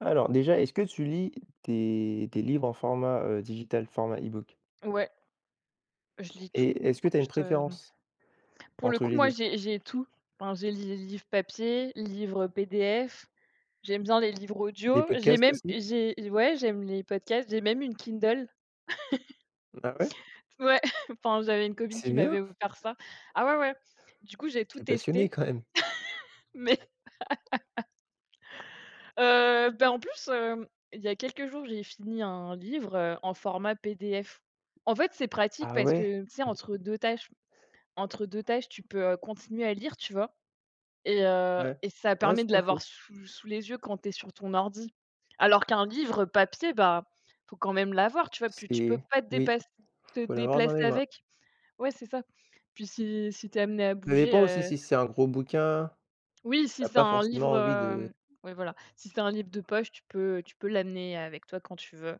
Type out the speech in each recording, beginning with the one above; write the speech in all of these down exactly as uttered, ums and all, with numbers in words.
Alors déjà, est-ce que tu lis des des livres en format, heu, digital, format e-book? Ouais, je lis tout. Et est-ce que En tu as une plus, hem, préférence pour le entre coup, les moi, deux. j'ai j'ai tout. Enfin, j'ai les livres papier, livres P D F, j'aime bien les livres Des audio, j'ai podcasts même aussi? j'ai ouais, j'aime les podcasts, j'ai même une Kindle. Ah ouais? Ouais, enfin, j'avais une copine C'est qui m'avait bien. offert ça. Ah ouais, ouais. Du coup, j'ai tout T'es passionné testé, quand même. mais, heu, bah, en plus, hem, il y a quelques jours, j'ai fini un livre, heu, en format P D F. En fait, c'est pratique Ah parce ouais? que, tu sais, entre deux tâches entre deux tâches, tu peux, heu, continuer à lire, tu vois? Et heu Ouais. et ça Ah, permet c'est de pas l'avoir faux. sous sous les yeux quand tu es sur ton ordi. Alors qu'un livre papier, bah, faut quand même l'avoir, tu vois? Puis tu peux C'est pas te Oui, dépasse te faut l'avoir dans déplacer les mains. avec. Ouais, c'est ça. Puis si si tu es amené à Ça bouger, dépend aussi heu si c'est un gros bouquin. oui, si T'as c'est pas un forcément livre, envie hem de, ouais, voilà, si c'est un livre de poche, tu peux tu peux l'amener avec toi quand tu veux.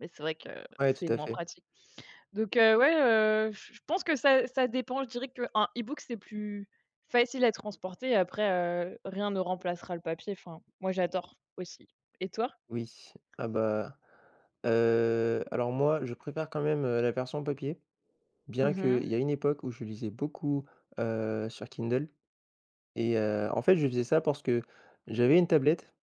Mais c'est vrai que ouais, c'est tout à moins fait. pratique. Donc heu, ouais, heu, je je pense que ça ça dépend. Je dirais qu'un e-book, c'est plus facile à transporter. Après, heu, rien ne remplacera le papier. Enfin, moi, j'adore aussi. Et toi? Oui. Ah bah, heu, alors moi, je préfère quand même, heu, la version papier, bien Mmh. qu'il y a une époque où je lisais beaucoup, heu, sur Kindle. Et heu, en fait, je faisais ça parce que j'avais une tablette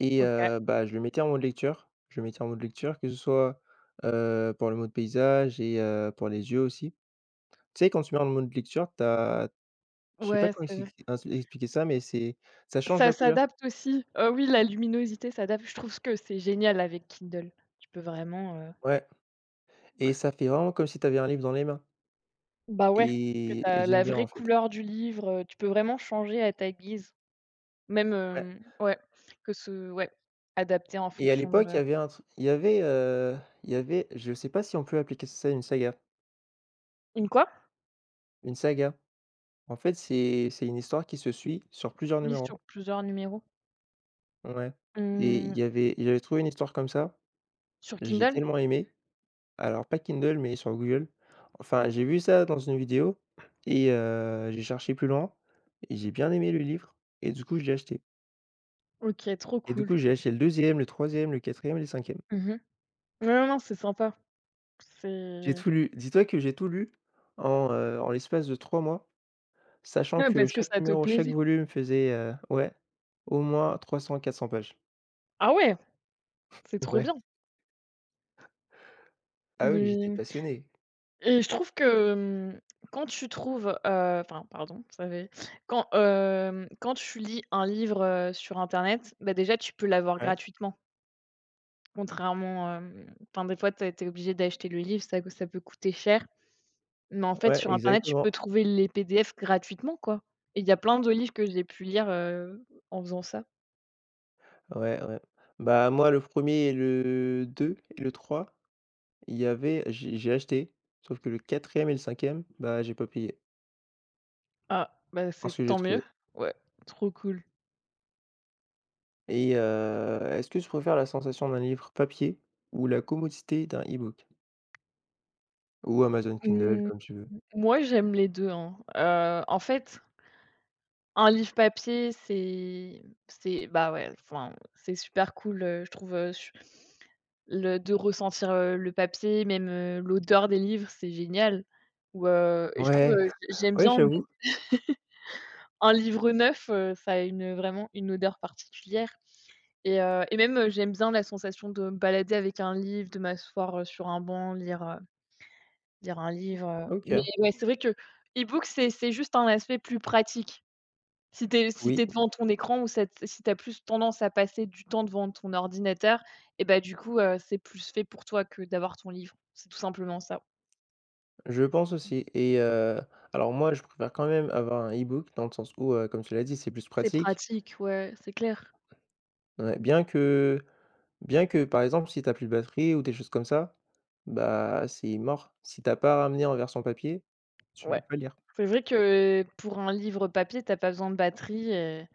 et OK. heu, bah, je le mettais en mode lecture. Je le mettais en mode lecture, que ce soit, heu, pour le mode paysage et heu, pour les yeux aussi. Tu sais, quand tu mets en mode lecture, t'as, je sais pas Ouais, comment c'est vrai. expliquer ins expliquer ça, mais c'est ça change Ça la couleur. s'adapte aussi. Heu, oui, la luminosité s'adapte. Je trouve que c'est génial avec Kindle. Tu peux vraiment, heu Ouais et ça fait vraiment comme si tu avais un livre dans les mains bah, ouais, parce que et et tu la j'aime bien, vraie en fait. couleur du livre, heu, tu peux vraiment changer à ta guise. Même, Ouais hem, ouais, que ce ouais, adapté en et à fonction l'époque, il de. y avait un tru il y avait, heu, il y avait, je sais pas si on peut appliquer ça à une saga. Une quoi? Une saga, en fait, c'est c'est une histoire qui se suit sur plusieurs Oui, numéros. sur plusieurs numéros. Ouais et Mmh, il y avait j'avais trouvé une histoire comme ça, sur j'ai Kindle? tellement aimé. Alors pas Kindle, mais sur Google. Enfin, j'ai vu ça dans une vidéo et heu, j'ai cherché plus loin et j'ai bien aimé le livre et du coup, je l'ai acheté OK, trop et du cool. coup, j'ai acheté le deuxième, le troisième, le quatrième et le cinquième. Mmh mh. Ouais, non, non, c'est sympa. J'ai C'est, tout lu. Dis-toi que j'ai tout lu en, heu, en l'espace de trois mois, sachant ouais, que parce que chaque ça te numéro, chaque plaisait. volume faisait, heu, ouais, au moins trois cents, quatre cents pages. Ah ouais, c'est trop Ouais. bien. Ah oui, j'étais Mais passionné. et je trouve que, mmh, quand tu trouves, heu enfin, pardon, ça fait quand, hem, quand tu lis un livre, heu, sur internet, bah, déjà, tu peux l'avoir Ouais, gratuitement. Contrairement, hem enfin, des fois, tu es tu es obligé d'acheter le livre, ça ça peut coûter cher. Mais en fait, ouais, sur internet, tu peux exactement. trouver les P D F gratuitement, quoi, et il y a plein de livres que j'ai pu lire, heu, en faisant ça. Ouais, ouais. Bah, moi, le premier et le deux et le trois, il y avait j'ai j'ai acheté, sauf que le quatrième et le cinquième, bah, j'ai pas payé, Ah, bah, c'est parce que j'ai tant mieux. trouvé. Ouais, trop cool. Et heu, est-ce que tu préfères la sensation d'un livre papier ou la commodité d'un e-book? Ou Amazon Kindle, Mmh, comme tu veux. moi, j'aime les deux hein. Heu, en fait, un livre papier, c'est c'est bah, ouais, enfin, c'est super cool, heu, je trouve, heu, ch le de ressentir, heu, le papier, même, heu, l'odeur des livres, c'est génial. Ou heu et je trouve, Ouais, heu, j j'aime ouais, bien. j'avoue. Un livre neuf, heu, ça a une, heu, vraiment une odeur particulière. Et heu et même, heu, j'aime bien la sensation de me balader avec un livre, de m'asseoir, heu, sur un banc, lire, heu, lire un livre, heu, mais OK. ouais, c'est vrai que e-book, c'est c'est juste un aspect plus pratique. Si tu es si tu Oui, es devant ton écran ou ça t si tu as plus tendance à passer du temps devant ton ordinateur et bah, du coup, heu, c'est plus fait pour toi que d'avoir ton livre. C'est tout simplement ça. je pense aussi et heu, alors moi, je préfère quand même avoir un e-book dans le sens où, heu, comme tu l'as dit, c'est plus C'est pratique. pratique, ouais, c'est clair. Ouais, bien que Bien que, par exemple, si t'as plus de batterie ou des choses comme ça, bah, c'est mort. Si t'as as pas ramené en version papier, tu peux Ouais. pas lire. C'est vrai que pour un livre papier, tu as pas besoin de batterie. et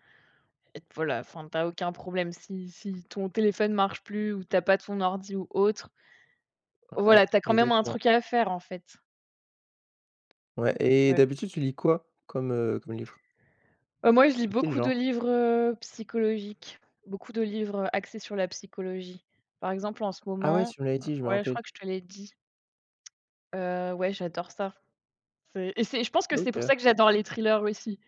Et voilà, enfin, t'as aucun problème. Si si ton téléphone marche plus ou t'as pas ton ordi ou autre, Ouais, voilà, t'as quand même un exactement. truc à faire, en fait. Ouais et Ouais. d'habitude, tu lis quoi comme, heu, comme livre? Heu, moi, je lis De quel beaucoup de genre? livres, heu, psychologiques, beaucoup de livres, heu, axés sur la psychologie. Par exemple, en ce Ah ouais, moment. tu me l'avais heu, dit, je me ouais, je rappelle. crois que je te l'ai dit, heu, ouais, j'adore ça. C'est et c'est je pense que c'est pour OK, ça que j'adore les thrillers aussi,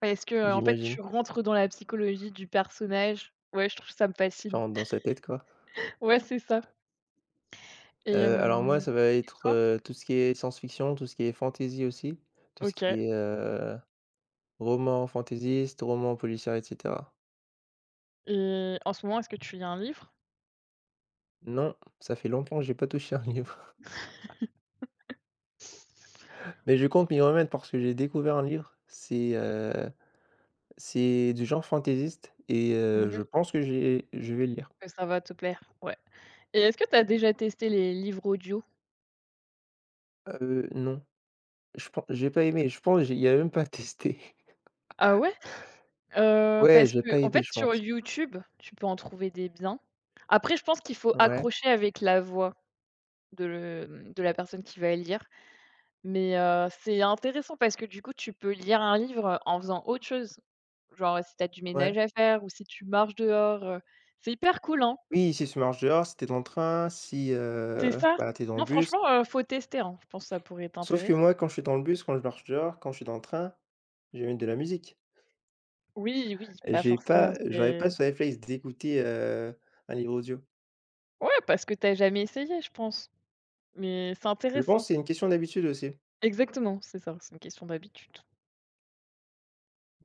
parce que, heu, en fait, tu j'imagine. rentres dans la psychologie du personnage. Ouais, je trouve ça me Tu fascine. rentres dans sa tête, quoi. Ouais, c'est ça. Et Heu, alors moi, hem, ça va être, toi? heu, tout ce qui est science-fiction, tout ce qui est fantasy aussi, tout ce OK. qui est, heu, roman fantaisiste, roman policier et cetera. Et en ce moment, est-ce que tu lis un livre? Non, ça fait longtemps que j'ai pas touché un livre. Mais je compte m'y remettre parce que j'ai découvert un livre, c'est, heu, c'est du genre fantaisiste et Mmh heu, je mh, pense que j'ai je vais lire. que ça va te plaire. Ouais, et est-ce que tu as déjà testé les livres audio? Heu, non, je pense j'ai pas aimé, je pense j'ai il y a même pas testé. Ah ouais? Heu, Ouais, Parce j'ai pas qu'en aimé, fait, je sur pense. YouTube, tu peux en trouver des biens. Après, je pense qu'il faut Ouais, accrocher avec la voix de le de la personne qui va lire, mais heu, c'est intéressant parce que, du coup, tu peux lire un livre en faisant autre chose. Genre, si tu as du ménage ouais. à faire ou si tu marches dehors, heu, c'est hyper cool, hein? Oui, si tu marches dehors, si t'es dans le train, si, C'est heu, ça? bah, t'es dans Non, le bus. franchement, heu, faut tester, hein. Je pense que ça pourrait Sauf que t'intéresser. moi, quand je suis dans le bus, quand je marche dehors, quand je suis dans le train, je vais mettre de la musique. Oui, oui, pas J'ai forcément. pas j'aurais c'est pas ce réflexe d'écouter, heu, un livre audio. Ouais, parce que t'as jamais essayé, je pense, mais c'est Je pense intéressant. que c'est une question d'habitude aussi. Exactement, c'est ça, c'est une question d'habitude.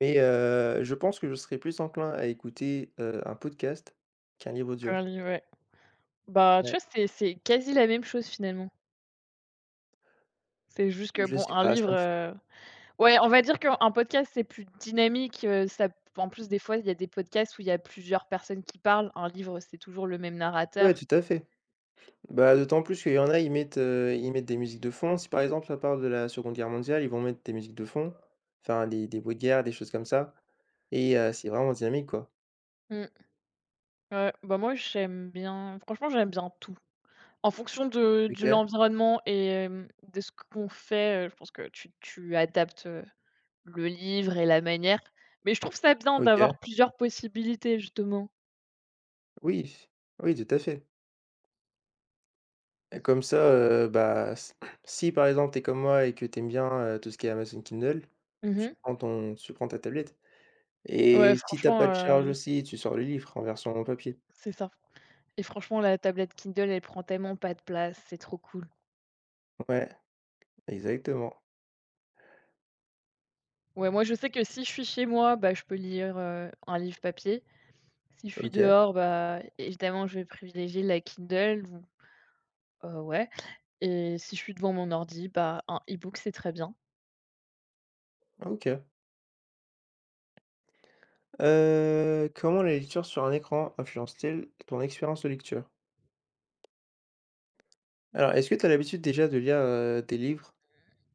Mais heu, je pense que je serais plus enclin à écouter, heu, un podcast qu'un livre audio. Qu'un livre, ouais. Bah, tu Ouais, vois, c'est c'est quasi la même chose, finalement. C'est juste que, je bon, sais un pas, livre, ça me fait, heu ouais, on va dire qu'un podcast, c'est plus dynamique, heu, ça. En plus, des fois, il y a des podcasts où il y a plusieurs personnes qui parlent. Un livre, c'est toujours le même ouais, narrateur. tout à fait. Bah, d'autant plus qu'il y en a, ils mettent, heu, ils mettent des musiques de fond. Si par exemple ça parle de la Seconde Guerre mondiale, ils vont mettre des musiques de fond, enfin des des bruits de guerre, des choses comme ça et heu, c'est vraiment dynamique, quoi. Mmh, ouais, bah, moi, j'aime bien franchement, j'aime bien tout. En fonction de de OK, l'environnement et hem, de ce qu'on fait, heu, je pense que tu tu adaptes, heu, le livre et la manière. Mais je trouve ça bien OK, d'avoir plusieurs possibilités justement. oui, oui, tout à fait. Et comme ça, heu, bah, s si par exemple t'es comme moi et que t'aimes bien, heu, tout ce qui est Amazon Kindle, tu Mmh. prends ton tu prends ta tablette. Ouais, Et si tu as franchement, pas de charge heu, aussi, tu sors le livre en version papier. c'est ça. Et franchement, la tablette Kindle, elle prend tellement pas de place, c'est trop cool. Ouais, exactement. Ouais, moi, je sais que si je suis chez moi, bah, je peux lire, heu, un livre papier. Si je suis OK, dehors, bah, évidemment, je vais privilégier la Kindle ou heu, ouais. Et si je suis devant mon ordi, bah, un e-book, c'est très bien. OK. Heu, comment la lecture sur un écran influence-t-elle ton expérience de lecture? Alors, est-ce que tu as l'habitude déjà de lire, heu, des livres,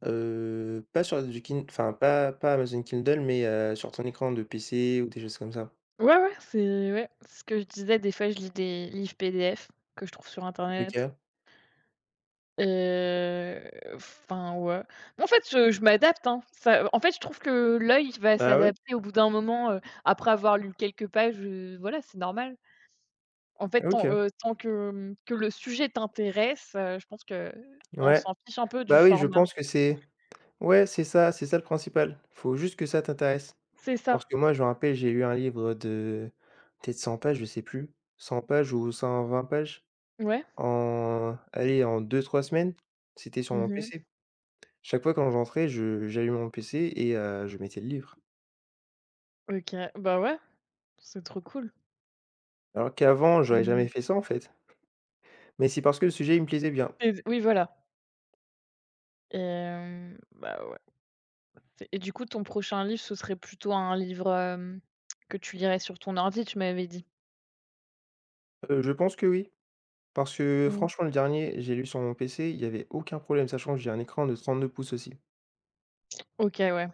heu, pas sur du kin enfin pas pas Amazon Kindle, mais heu, sur ton écran de P C ou des choses comme ça? Ouais, ouais, c'est ouais, c'est ce que je disais, des fois, je lis des livres P D F que je trouve sur internet, OK. heu, enfin, ouais. En fait, je je m'adapte, hein. Ça en fait, je trouve que l'œil va Ah ouais? s'adapter au bout d'un moment, heu, après avoir lu quelques pages, heu, voilà, c'est normal. En fait, tant, OK. heu, tant que, mmh, que le sujet t'intéresse, heu, je pense que on Ouais. s'en fiche un peu du Bah oui, je format. pense que c'est, ouais, c'est ça, c'est ça le principal. Faut juste que ça t'intéresse. C'est Parce ça. que moi, je me rappelle, j'ai eu un livre de peut-être cent pages, je sais plus, cent pages ou cent vingt pages Ouais. en, allez, en deux trois semaines. C'était sur mon Mmh. P C. Chaque fois quand je rentrais, je j'allumais mon P C et heu, je mettais le livre. OK. Bah, ouais, c'est trop cool. Alors qu'avant, j'aurais Mmh, jamais fait ça, en fait. Mais c'est parce que le sujet, il me plaisait bien. et oui, voilà. Et hem, bah, ouais. Et du coup, ton prochain livre, ce serait plutôt un livre, hem, que tu lirais sur ton ordi, tu m'avais dit? Heu, je pense que oui. Parce que Mmh. franchement, le dernier, j'ai lu sur mon P C, il y avait aucun problème, sachant que j'ai un écran de trente deux pouces aussi. OK, ouais.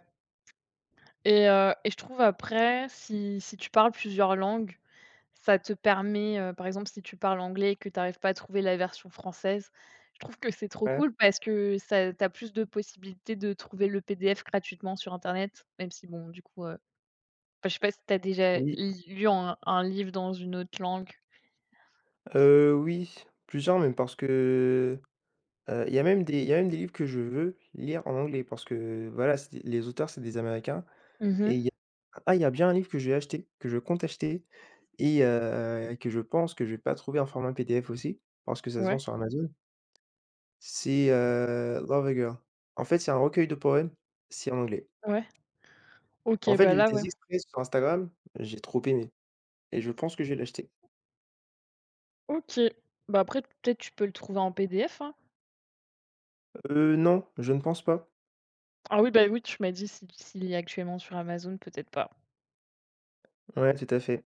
et heu Et je trouve, après, si si tu parles plusieurs langues, ça te permet, heu, par exemple, si tu parles anglais et que tu arrives pas à trouver la version française, je trouve que c'est trop Ouais. cool parce que ça tu plus de possibilités de trouver le P D F gratuitement sur internet, même si bon, du coup, heu, enfin, je sais pas si tu as déjà Oui, li lu un un livre dans une autre langue? heu, oui, plusieurs même parce que, heu, il y a même des il y a même des livres que je veux lire en anglais parce que voilà, c'est des les auteurs, c'est des américains et Mhm. il y a ah, il y a bien un livre que j'ai acheté, que je compte acheter et heu, que je pense que je vais pas trouver en format P D F aussi, parce que ça se vend Ouais, sur Amazon. C'est, heu, Love a Girl. En fait, c'est un recueil de poèmes, c'est en anglais. ouais. OK, En fait, j'ai bah, vu là, ouais. des extraits sur Instagram, j'ai trop aimé. Et je pense que je vais l'acheter. OK. Bah, après, peut-être tu peux le trouver en P D F, hein? Heu, non, je ne pense pas. Ah oui, bah, oui, tu m'as dit si s'il est actuellement sur Amazon, peut-être pas. Ouais, tout à fait.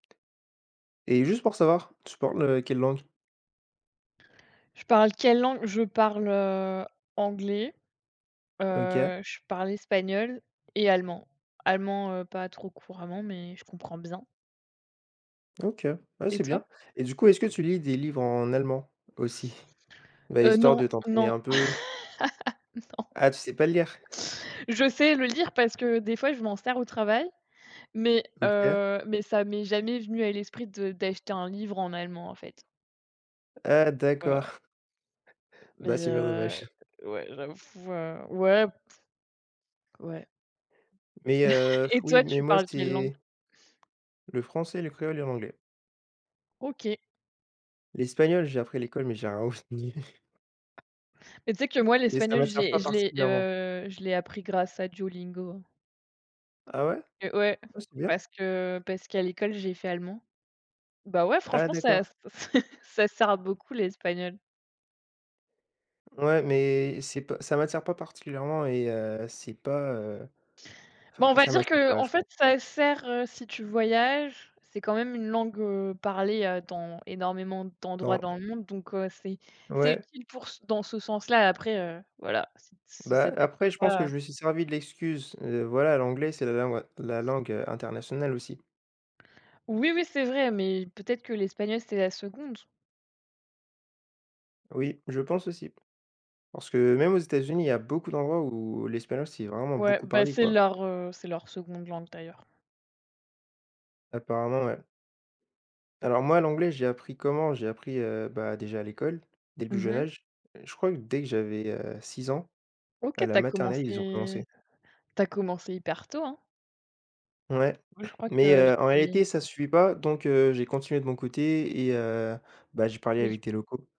Et juste pour savoir, tu parles, heu, quelle langue? Je parle quelle langue? Je parle, heu, anglais, OK, heu, je parle espagnol et allemand. Allemand, heu, pas trop couramment, mais je comprends bien. OK. Ouais, Et c'est toi? bien. Et du coup, est-ce que tu lis des livres en allemand aussi? Bah, Heu, histoire Non, de t'entraîner non. un peu. Ah, tu sais pas le lire? Je sais le lire parce que des fois, je m'en sers au travail, mais OK. heu, mais ça m'est jamais venu à l'esprit de d'acheter un livre en allemand, en fait. Ah Ouais, d'accord. mais Bah, c'est bien heu, dommage. ouais, j'avoue, heu, ouais, ouais. Mais, heu, Et oui, toi, mais tu moi, parles quelle langue? c'est le français, le créole et l'anglais. OK. L'espagnol, j'ai appris à l'école, mais j'ai rien retenu Mais tu sais que moi, et ça l'espagnol, m'attire j'ai pas je l'ai, particulièrement. heu, je l'ai appris grâce à Duolingo. Ah ouais? Et ouais, Ah, c'est bien. parce que parce qu'à l'école, j'ai fait allemand. Bah, ouais, Ah franchement, ça d'accord. ça sert à beaucoup l'espagnol. Ouais, mais c'est pas, ça m'attire pas particulièrement et heu, c'est pas, heu, Bon, enfin, on va ça dire m'attire que, pas, en je fait, pense. ça sert, heu, si tu voyages. C'est quand même une langue, heu, parlée, heu, dans énormément d'endroits Dans dans le monde, donc heu, c'est c'est Ouais, utile pour ce dans ce sens-là. Après, heu, voilà, si si ça bah, t'attire après je pense pas que euh. je me suis servi de l'excuse, heu, voilà, l'anglais, c'est la langue la langue, heu, internationale aussi. Oui, oui, c'est vrai, mais peut-être que l'espagnol, c'est la seconde. Oui, je pense aussi. Parce que même aux États-Unis, il y a beaucoup d'endroits où l'espagnol, c'est vraiment Ouais, beaucoup bah, parlé, c'est quoi. leur, heu, c'est leur seconde langue d'ailleurs. Apparemment, ouais. Alors moi, l'anglais, j'ai appris comment? J'ai appris, heu, bah, déjà à l'école, dès le plus jeune Mmh. âge. Je crois que dès que j'avais, six ans, OK, à la t'as maternelle, ils ont commencé commencé. t'as commencé hyper tôt, hein? Ouais, Moi, je crois mais que heu, en j'ai réalité, ça suffit pas donc heu, j'ai continué de mon côté et heu, bah, j'ai parlé oui, avec des locaux.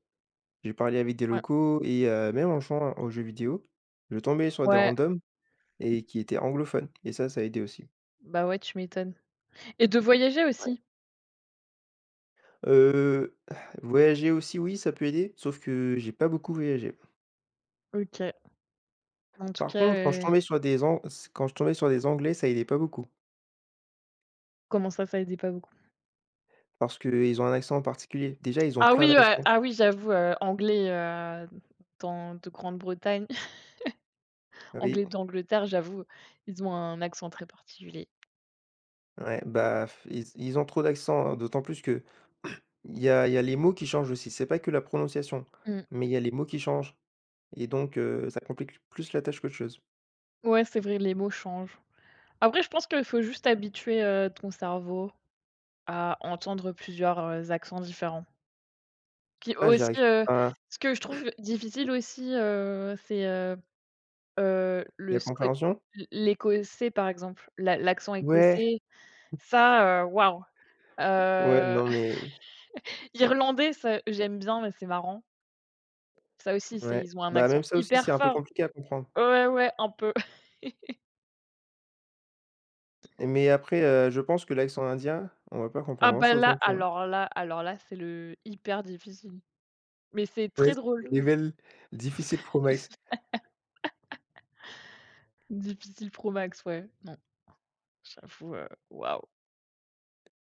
J'ai parlé avec des ouais, locaux et heu, même en jouant aux jeux vidéo, je tombais sur des ouais, randoms et qui étaient anglophones et ça, ça a aidé aussi. bah, ouais, tu m'étonnes. Et de voyager Ouais. aussi? Heu, voyager aussi, oui, ça peut aider, sauf que j'ai pas beaucoup voyagé. OK. En tout Par cas, contre, quand je heu, tombais sur des An quand je tombais sur des Anglais, ça aidait pas beaucoup comment ça, ça aidait pas beaucoup? parce qu'ils ont un accent particulier. Déjà, ils ont Ah plein oui, ouais, d'accents. ah oui, j'avoue, heu, anglais, heu, dans de Grande-Bretagne, Oui, anglais d'Angleterre, j'avoue, ils ont un accent très particulier. ouais, bah, f- ils ils ont trop d'accents, hein, d'autant plus que Il y a il y a les mots qui changent aussi, c'est pas que la prononciation, Mmh. mais il y a les mots qui changent et donc heu, ça complique plus la tâche qu'autre chose. Ouais, c'est vrai, les mots changent. Après, je pense qu'il faut juste habituer, heu, ton cerveau. À entendre plusieurs, heu, accents différents. Puis Ah, j'y aussi, arrive heu, pas. ce que je trouve difficile aussi, heu, c'est, heu heu, le La sco compréhension? l'écossais, par exemple, l'a l'accent Ouais, écossais, ça, heu, waouh! ouais, Heu, non, mais irlandais, ça, j'aime bien, mais c'est marrant. Ça aussi, c'est ouais, ils ont un bah, accent même ça aussi, c'est hyper un peu fort. compliqué à comprendre. Ouais, ouais, un peu. Mais après, heu, je pense que l'accent indien, on va pas Ah comprendre bah grand-chose là, non plus, hein. alors là alors là, c'est le hyper difficile, mais c'est Ouais, très c'est drôle. un level difficile pro Max. Difficile pro max, ouais. Non, j'avoue, heu, waouh!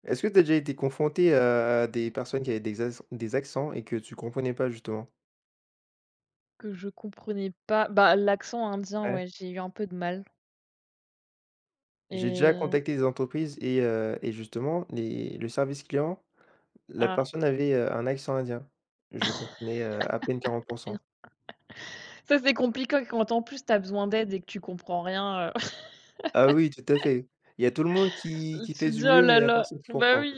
Est-ce que tu as déjà été confronté à des personnes qui avaient des acc des accents et que tu comprenais pas justement? Que je comprenais pas. Bah, l'accent indien, Ouais. ouais, j'ai eu un peu de mal. J'ai déjà Et contacté des entreprises et heu et justement les le service client, la ah, personne avait, heu, un accent indien. Je comprenais, heu, à peine quarante. mmh, ça, c'est compliqué quand en plus tu as besoin d'aide et que tu comprends rien, heu, Ah oui, tout à fait. Il y a tout le monde qui qui tu te fait du dis: «Oh mieux, mais là il y a là», personne qui bah, comprend. oui.